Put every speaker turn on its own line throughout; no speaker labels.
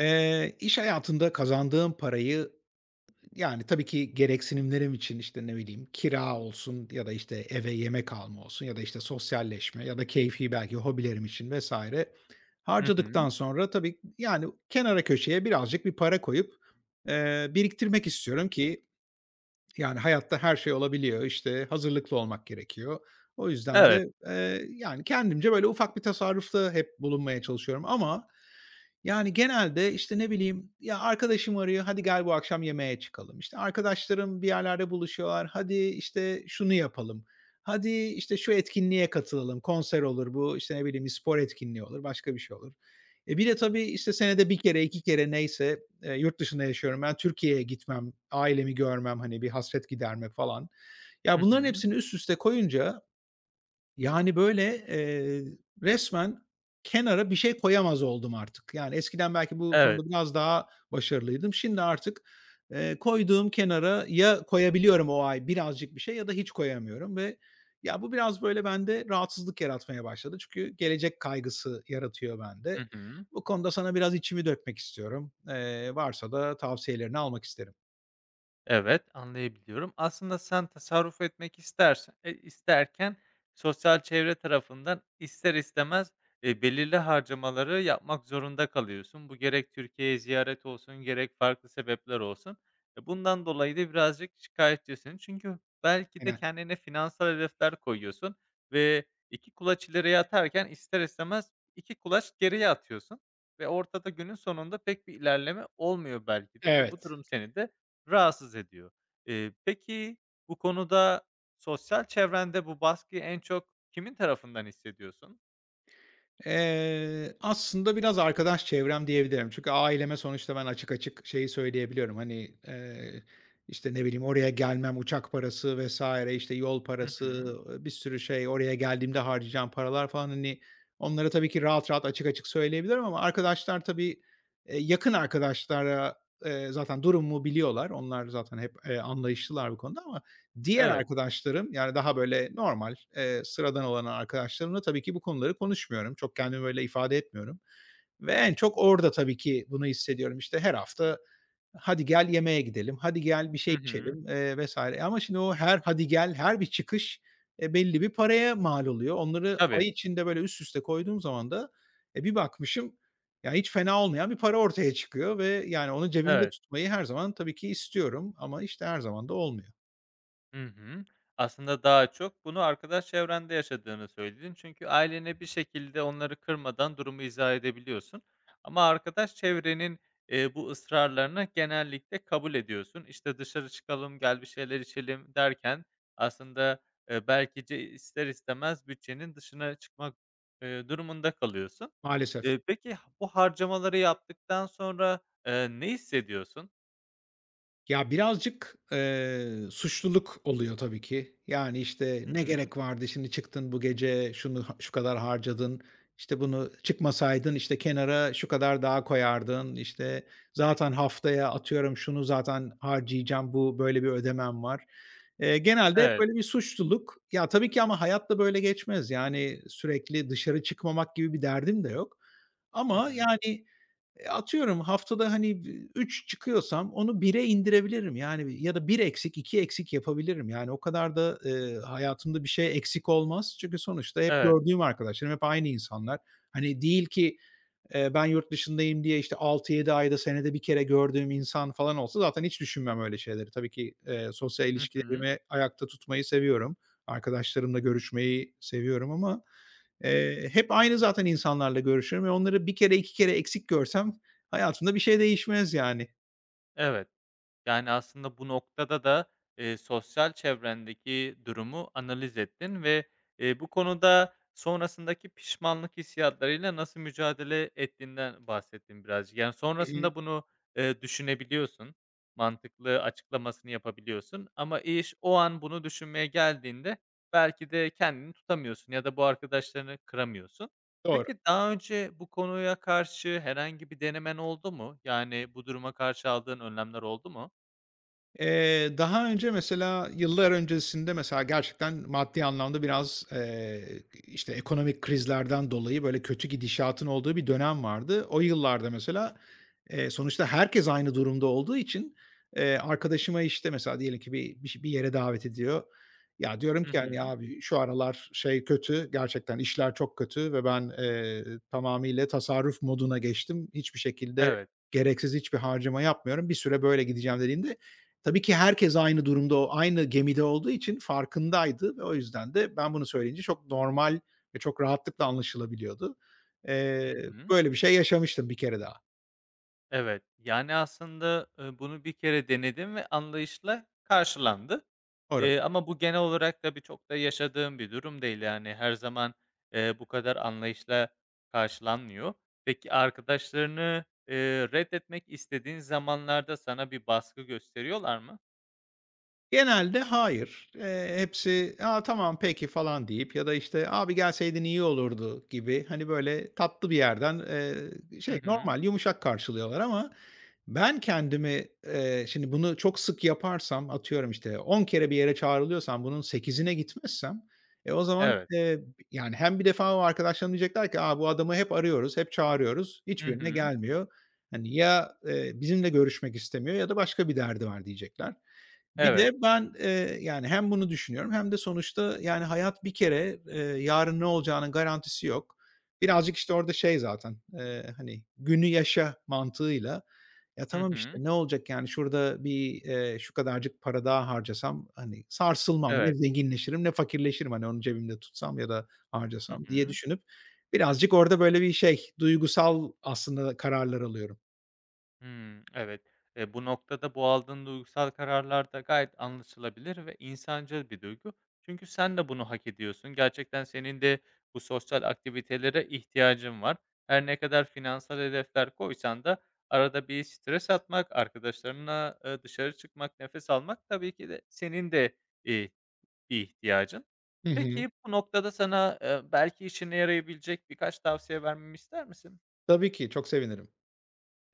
İş hayatında kazandığım parayı, yani, tabii ki gereksinimlerim için, işte, ne bileyim, kira olsun ya da, işte, eve yemek alma olsun ya da, işte, sosyalleşme ya da keyfi belki hobilerim için vesaire
Hı hı.
harcadıktan sonra tabii, yani, kenara köşeye birazcık bir para koyup, biriktirmek istiyorum ki, yani, hayatta her şey olabiliyor, işte, hazırlıklı olmak gerekiyor. O yüzden
Evet.
de, yani, kendimce böyle ufak bir tasarrufta hep bulunmaya çalışıyorum ama yani, genelde, işte, ne bileyim, ya, arkadaşım arıyor, "Hadi gel bu akşam yemeğe çıkalım." İşte, arkadaşlarım bir yerlerde buluşuyorlar, "Hadi, işte, şunu yapalım. Hadi, işte, şu etkinliğe katılalım." Konser olur bu, işte, ne bileyim, bir spor etkinliği olur, başka bir şey olur. E, bir de tabii, işte, senede bir kere, 2 kere neyse, yurt dışında yaşıyorum ben, Türkiye'ye gitmem, ailemi görmem, hani, bir hasret giderme falan. Ya,
Hı
bunların
hı.
hepsini üst üste koyunca yani, böyle, resmen kenara bir şey koyamaz oldum artık. Yani, eskiden belki bu
Evet.
konuda biraz daha başarılıydım. Şimdi artık, koyduğum kenara ya koyabiliyorum o ay birazcık bir şey ya da hiç koyamıyorum ve ya, bu biraz, böyle, bende rahatsızlık yaratmaya başladı. Çünkü gelecek kaygısı yaratıyor
Hı
bende.
hı.
Bu konuda sana biraz içimi dökmek istiyorum. Varsa da tavsiyelerini almak isterim.
Evet, anlayabiliyorum. Aslında sen tasarruf etmek istersen isterken sosyal çevre tarafından ister istemez, belirli harcamaları yapmak zorunda kalıyorsun. Bu gerek Türkiye'ye ziyaret olsun, gerek farklı sebepler olsun. Bundan dolayı da birazcık şikâyetçisin. Çünkü belki de
Aynen.
kendine finansal hedefler koyuyorsun ve 2 kulaç ileriye atarken ister istemez 2 kulaç geriye atıyorsun ve ortada günün sonunda pek bir ilerleme olmuyor belki de. Bu
Evet.
durum seni de rahatsız ediyor. Peki bu konuda sosyal çevrende bu baskıyı en çok kimin tarafından hissediyorsun?
Aslında biraz arkadaş çevrem diyebilirim. Çünkü aileme sonuçta ben açık açık şeyi söyleyebiliyorum. Hani, işte, ne bileyim, oraya gelmem, uçak parası vesaire, işte, yol
Hı hı.
parası, bir sürü şey, oraya geldiğimde harcayacağım paralar falan, hani, onlara tabii ki rahat rahat, açık açık söyleyebilirim ama arkadaşlar tabii, yakın arkadaşlara, zaten durumumu biliyorlar. Onlar zaten hep, anlayışlılar bu konuda ama diğer
Evet.
arkadaşlarım, yani, daha böyle normal, sıradan olan arkadaşlarımla tabii ki bu konuları konuşmuyorum. Çok kendimi böyle ifade etmiyorum ve en çok orada tabii ki bunu hissediyorum. İşte, her hafta, "Hadi gel yemeğe gidelim, hadi gel bir şey
Hı hı.
içelim." Vs. ama şimdi o her "hadi gel", her bir çıkış, belli bir paraya mal oluyor. Onları
Tabii.
ay içinde böyle üst üste koyduğum zaman da, e, bir bakmışım, ya, hiç fena olmayan bir para ortaya çıkıyor ve, yani, onu cebimde
Evet.
tutmayı her zaman tabii ki istiyorum ama, işte, her zaman da olmuyor
Hı hı. Aslında daha çok bunu arkadaş çevrende yaşadığını söyledin. Çünkü ailene bir şekilde onları kırmadan durumu izah edebiliyorsun. Ama arkadaş çevrenin, bu ısrarlarını genellikle kabul ediyorsun. İşte, "Dışarı çıkalım, gel bir şeyler içelim." derken aslında, belki ce ister istemez bütçenin dışına çıkmak, durumunda kalıyorsun.
maalesef.
Peki bu harcamaları yaptıktan sonra, ne hissediyorsun?
Ya, birazcık, suçluluk oluyor tabii ki. Yani, işte,
Hı
ne
hı.
gerek vardı, şimdi çıktın bu gece, şunu ha şu kadar harcadın, işte, bunu çıkmasaydın, işte, kenara şu kadar daha koyardın, işte, zaten haftaya atıyorum şunu zaten harcayacağım, bu böyle bir ödemem var. Genelde hep
Evet.
böyle bir suçluluk. Ya, tabii ki ama hayat da böyle geçmez. Yani, sürekli dışarı çıkmamak gibi bir derdim de yok.
Hı
Ama,
hı.
yani Atıyorum haftada, hani, 3 çıkıyorsam onu 1'e indirebilirim. Yani ya da bir eksik, 2 eksik yapabilirim. Yani o kadar da, hayatımda bir şey eksik olmaz. Çünkü sonuçta hep
Evet.
gördüğüm arkadaşlarım, hep aynı insanlar. Hani, değil ki, ben yurt dışındayım diye, işte, altı yedi ayda, senede bir kere gördüğüm insan falan olsa zaten hiç düşünmem öyle şeyleri. Tabii ki, sosyal
Hı hı.
ilişkilerimi ayakta tutmayı seviyorum. Arkadaşlarımla görüşmeyi seviyorum ama, hep aynı zaten insanlarla görüşüyorum ve onları bir kere, 2 kere eksik görsem hayatında bir şey değişmez yani.
Evet. Yani, aslında bu noktada da, sosyal çevrendeki durumu analiz ettin ve, bu konuda sonrasındaki pişmanlık hissiyatlarıyla nasıl mücadele ettiğinden bahsettin birazcık. Yani,
Hı hı.
sonrasında bunu, düşünebiliyorsun, mantıklı açıklamasını yapabiliyorsun ama iş o an bunu düşünmeye geldiğinde belki de kendini tutamıyorsun ya da bu arkadaşlarını kıramıyorsun.
Doğru.
Peki, daha önce bu konuya karşı herhangi bir denemen oldu mu? Yani, bu duruma karşı aldığın önlemler oldu mu?
Daha önce mesela yıllar öncesinde mesela gerçekten maddi anlamda biraz, işte, ekonomik krizlerden dolayı böyle kötü gidişatın olduğu bir dönem vardı. O yıllarda mesela, sonuçta herkes aynı durumda olduğu için, arkadaşıma, işte, mesela diyelim ki bir yere davet ediyor. Ya, diyorum
Hı
ki, yani,
hı.
"Abi şu aralar şey kötü, gerçekten işler çok kötü ve ben, tamamıyla tasarruf moduna geçtim. Hiçbir şekilde
Evet.
gereksiz hiçbir harcama yapmıyorum. Bir süre böyle gideceğim." dediğimde tabii ki herkes aynı durumda, o aynı gemide olduğu için farkındaydı ve o yüzden de ben bunu söyleyince çok normal ve çok rahatlıkla anlaşılabiliyordu.
Hı
Eee,
hı.
böyle bir şey yaşamıştım bir kere daha.
Evet. Yani, aslında, bunu bir kere denedim ve anlayışla karşılandı.
Doğru.
Ama bu genel olarak tabii çok da yaşadığım bir durum değil. Yani, her zaman, bu kadar anlayışla karşılanmıyor. Peki, arkadaşlarını, reddetmek istediğin zamanlarda sana bir baskı gösteriyorlar mı?
Genelde hayır. Hepsi, "A, tamam, peki." falan deyip ya da, işte, "Abi, gelseydin iyi olurdu." gibi, hani, böyle tatlı bir yerden,
Hı
şey,
hı.
normal, yumuşak karşılıyorlar ama ben kendimi, şimdi bunu çok sık yaparsam, atıyorum, işte, 10 kere bir yere çağrılıyorsam bunun sekizine gitmezsem, e, o zaman,
Evet.
yani, hem bir defa o arkadaşlarım diyecekler ki, "A, bu adamı hep arıyoruz, hep çağırıyoruz,
Hı
hiçbirine
hı.
gelmiyor. Hani, ya, bizimle görüşmek istemiyor ya da başka bir derdi var." diyecekler. Bir
Evet.
de ben, yani, hem bunu düşünüyorum hem de sonuçta, yani, hayat bir kere, yarın ne olacağının garantisi yok. Birazcık, işte, orada şey zaten, hani, günü yaşa mantığıyla, ya,
Hı
tamam, işte,
hı.
ne olacak, yani, şurada bir, şu kadarcık para daha harcasam, hani, sarsılmam, ne
Evet.
zenginleşirim ne fakirleşirim, hani, onu cebimde tutsam ya da
Hı
harcasam diye
hı.
düşünüp birazcık orada böyle bir şey, duygusal aslında kararlar alıyorum.
Hımm, evet. Bu noktada bu aldığın duygusal kararlar da gayet anlaşılabilir ve insancıl bir duygu. Çünkü sen de bunu hak ediyorsun. Gerçekten senin de bu sosyal aktivitelere ihtiyacın var. Her ne kadar finansal hedefler koysan da arada bir stres atmak, arkadaşlarına dışarı çıkmak, nefes almak tabii ki de senin de, eee, bir ihtiyacın.
Hı hı.
Peki bu noktada sana, belki işine yarayabilecek birkaç tavsiye vermemi ister misin?
Tabii ki, çok sevinirim.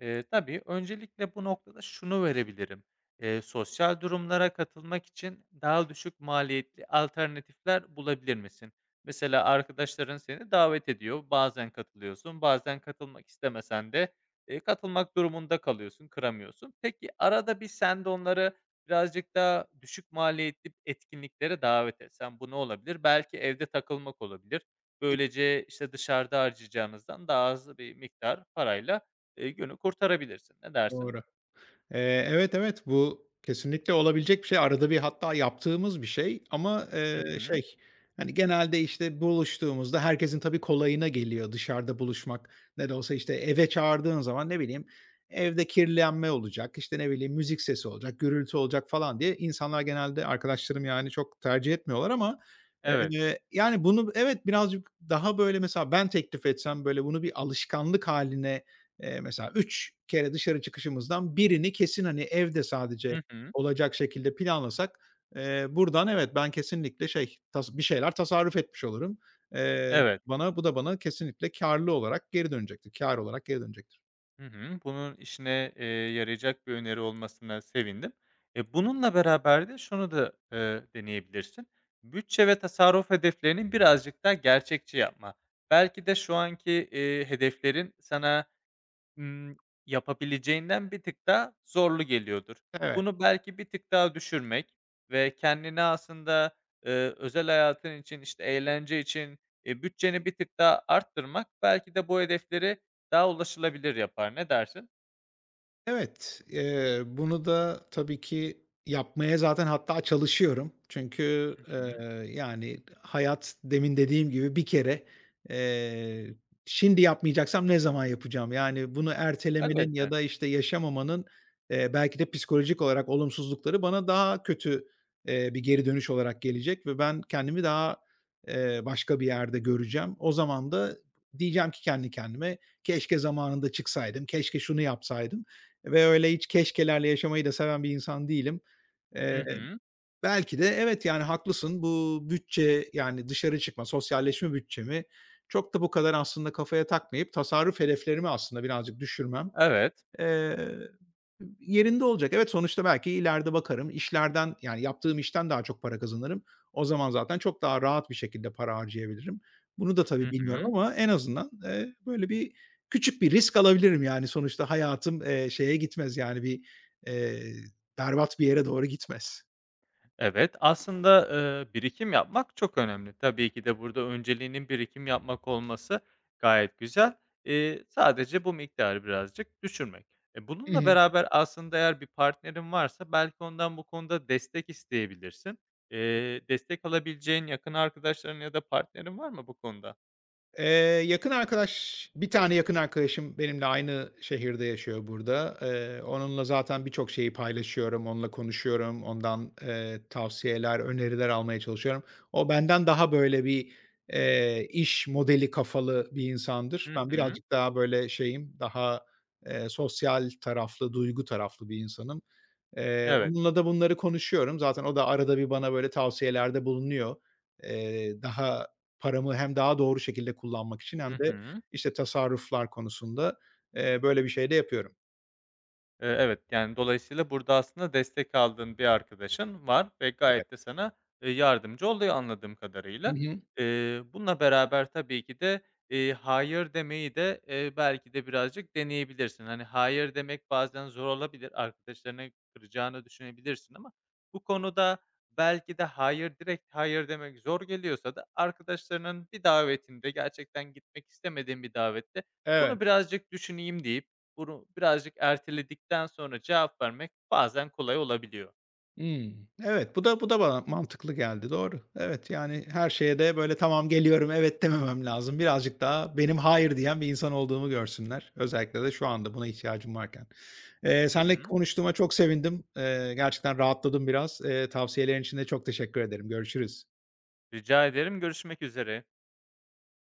Tabii, öncelikle bu noktada şunu verebilirim. Sosyal durumlara katılmak için daha düşük maliyetli alternatifler bulabilir misin? Mesela arkadaşların seni davet ediyor, bazen katılıyorsun, bazen katılmak istemesen de, katılmak durumunda kalıyorsun, kıramıyorsun. Peki, arada bir sen de onları birazcık daha düşük maliyetli etkinliklere davet etsen, bu ne olabilir? Belki evde takılmak olabilir. Böylece, işte, dışarıda harcayacağınızdan daha az bir miktar parayla günü kurtarabilirsin. Ne dersin?
Doğru. Evet, evet, bu kesinlikle olabilecek bir şey. Arada bir hatta yaptığımız bir şey ama,
Hı hı.
şey, hani, genelde, işte, buluştuğumuzda herkesin tabii kolayına geliyor dışarıda buluşmak. Ne de olsa, işte, eve çağırdığın zaman, ne bileyim, evde kirlenme olacak, işte, ne bileyim, müzik sesi olacak, gürültü olacak falan diye insanlar genelde arkadaşlarım, yani, çok tercih etmiyorlar ama,
Evet.
yani, bunu evet, birazcık daha, böyle, mesela ben teklif etsem, böyle, bunu bir alışkanlık haline. Mesela 3 kere dışarı çıkışımızdan birini kesin, hani, evde sadece
Hı hı.
olacak şekilde planlasak, buradan evet, ben kesinlikle şey, bir şeyler tasarruf etmiş olurum. Eee,
Evet.
bana bu da bana kesinlikle kar olarak geri dönecektir.
Hı hı. Bunun işine, yarayacak bir öneri olmasına sevindim. Bununla beraber de şunu da, deneyebilirsin. Bütçe ve tasarruf hedeflerini birazcık daha gerçekçi yapma. Belki de şu anki, hedeflerin sana Imm, yapabileceğinden bir tık daha zorlu geliyordur.
Evet.
Bunu belki bir tık daha düşürmek ve kendine aslında, özel hayatın için, işte, eğlence için, bütçeni bir tık daha arttırmak belki de bu hedefleri daha ulaşılabilir yapar. Ne dersin?
Evet, bunu da tabii ki yapmaya zaten hatta çalışıyorum. Çünkü,
Hı hı.
yani, hayat demin dediğim gibi bir kere, eee, şimdi yapmayacaksam ne zaman yapacağım? Yani, bunu ertelemenin ya
Elbette.
da, işte, yaşamamanın, belki de psikolojik olarak olumsuzlukları bana daha kötü, bir geri dönüş olarak gelecek ve ben kendimi daha, başka bir yerde göreceğim. O zaman da diyeceğim ki kendi kendime, "Keşke zamanında çıksaydım, keşke şunu yapsaydım." Ve öyle hiç keşkelerle yaşamayı da seven bir insan değilim.
Hı
Eee,
hı.
belki de evet, yani, haklısın. Bu bütçe, yani, dışarı çıkma, sosyalleşme bütçemi çok da bu kadar aslında kafaya takmayıp tasarruf hedeflerimi aslında birazcık düşürmem,
Evet.
Eee, yerinde olacak. Evet, sonuçta belki ileride bakarım, işlerden, yani, yaptığım işten daha çok para kazanırım. O zaman zaten çok daha rahat bir şekilde para harcayabilirim. Bunu da tabii
Hı
bilmiyorum
hı.
ama en azından, böyle bir küçük bir risk alabilirim, yani, sonuçta hayatım, şeye gitmez, yani, bir, eee, berbat bir yere doğru gitmez.
Evet, aslında, birikim yapmak çok önemli. Tabii ki de burada önceliğinin birikim yapmak olması gayet güzel. Sadece bu miktarı birazcık düşürmek.
Hı
Bununla
hı.
beraber aslında eğer bir partnerin varsa belki ondan bu konuda destek isteyebilirsin. Destek alabileceğin yakın arkadaşların ya da partnerin var mı bu konuda?
Eee, yakın arkadaş, bir tane yakın arkadaşım benimle aynı şehirde yaşıyor burada. Onunla zaten birçok şeyi paylaşıyorum, onunla konuşuyorum, ondan, tavsiyeler, öneriler almaya çalışıyorum. O benden daha böyle bir, iş modeli kafalı bir insandır.
Hı
Ben
hı.
birazcık daha böyle şeyim, daha, sosyal taraflı, duygu taraflı bir insanım. Eee,
Evet.
onunla da bunları konuşuyorum. Zaten o da arada bir bana böyle tavsiyelerde bulunuyor. Daha paramı hem daha doğru şekilde kullanmak için hem
Hı
de,
hı.
işte, tasarruflar konusunda, böyle bir şey de yapıyorum.
Evet, yani, dolayısıyla burada aslında destek aldığın bir arkadaşın var ve gayet de
Evet.
sana, yardımcı oluyor anladığım
Hı
kadarıyla.
hı.
Bununla beraber tabii ki de, hayır demeyi de, belki de birazcık deneyebilirsin. Hani, hayır demek bazen zor olabilir, arkadaşlarını kıracağını düşünebilirsin ama bu konuda belki de hayır, direkt hayır demek zor geliyorsa da arkadaşlarının bir davetinde, gerçekten gitmek istemediğin bir davette,
Evet.
"Bunu birazcık düşüneyim." deyip bunu birazcık erteledikten sonra cevap vermek bazen kolay olabiliyor.
Evet, bu da bana mantıklı geldi, doğru. Evet, yani her şeye de böyle "Tamam, geliyorum." evet dememem lazım. Birazcık daha benim hayır diyen bir insan olduğumu görsünler. Özellikle de şu anda buna ihtiyacım varken. Eee,
Hı
seninle
hı.
konuştuğuma çok sevindim. Gerçekten rahatladım biraz. Tavsiyelerin için de çok teşekkür ederim. Görüşürüz.
Rica ederim, görüşmek üzere.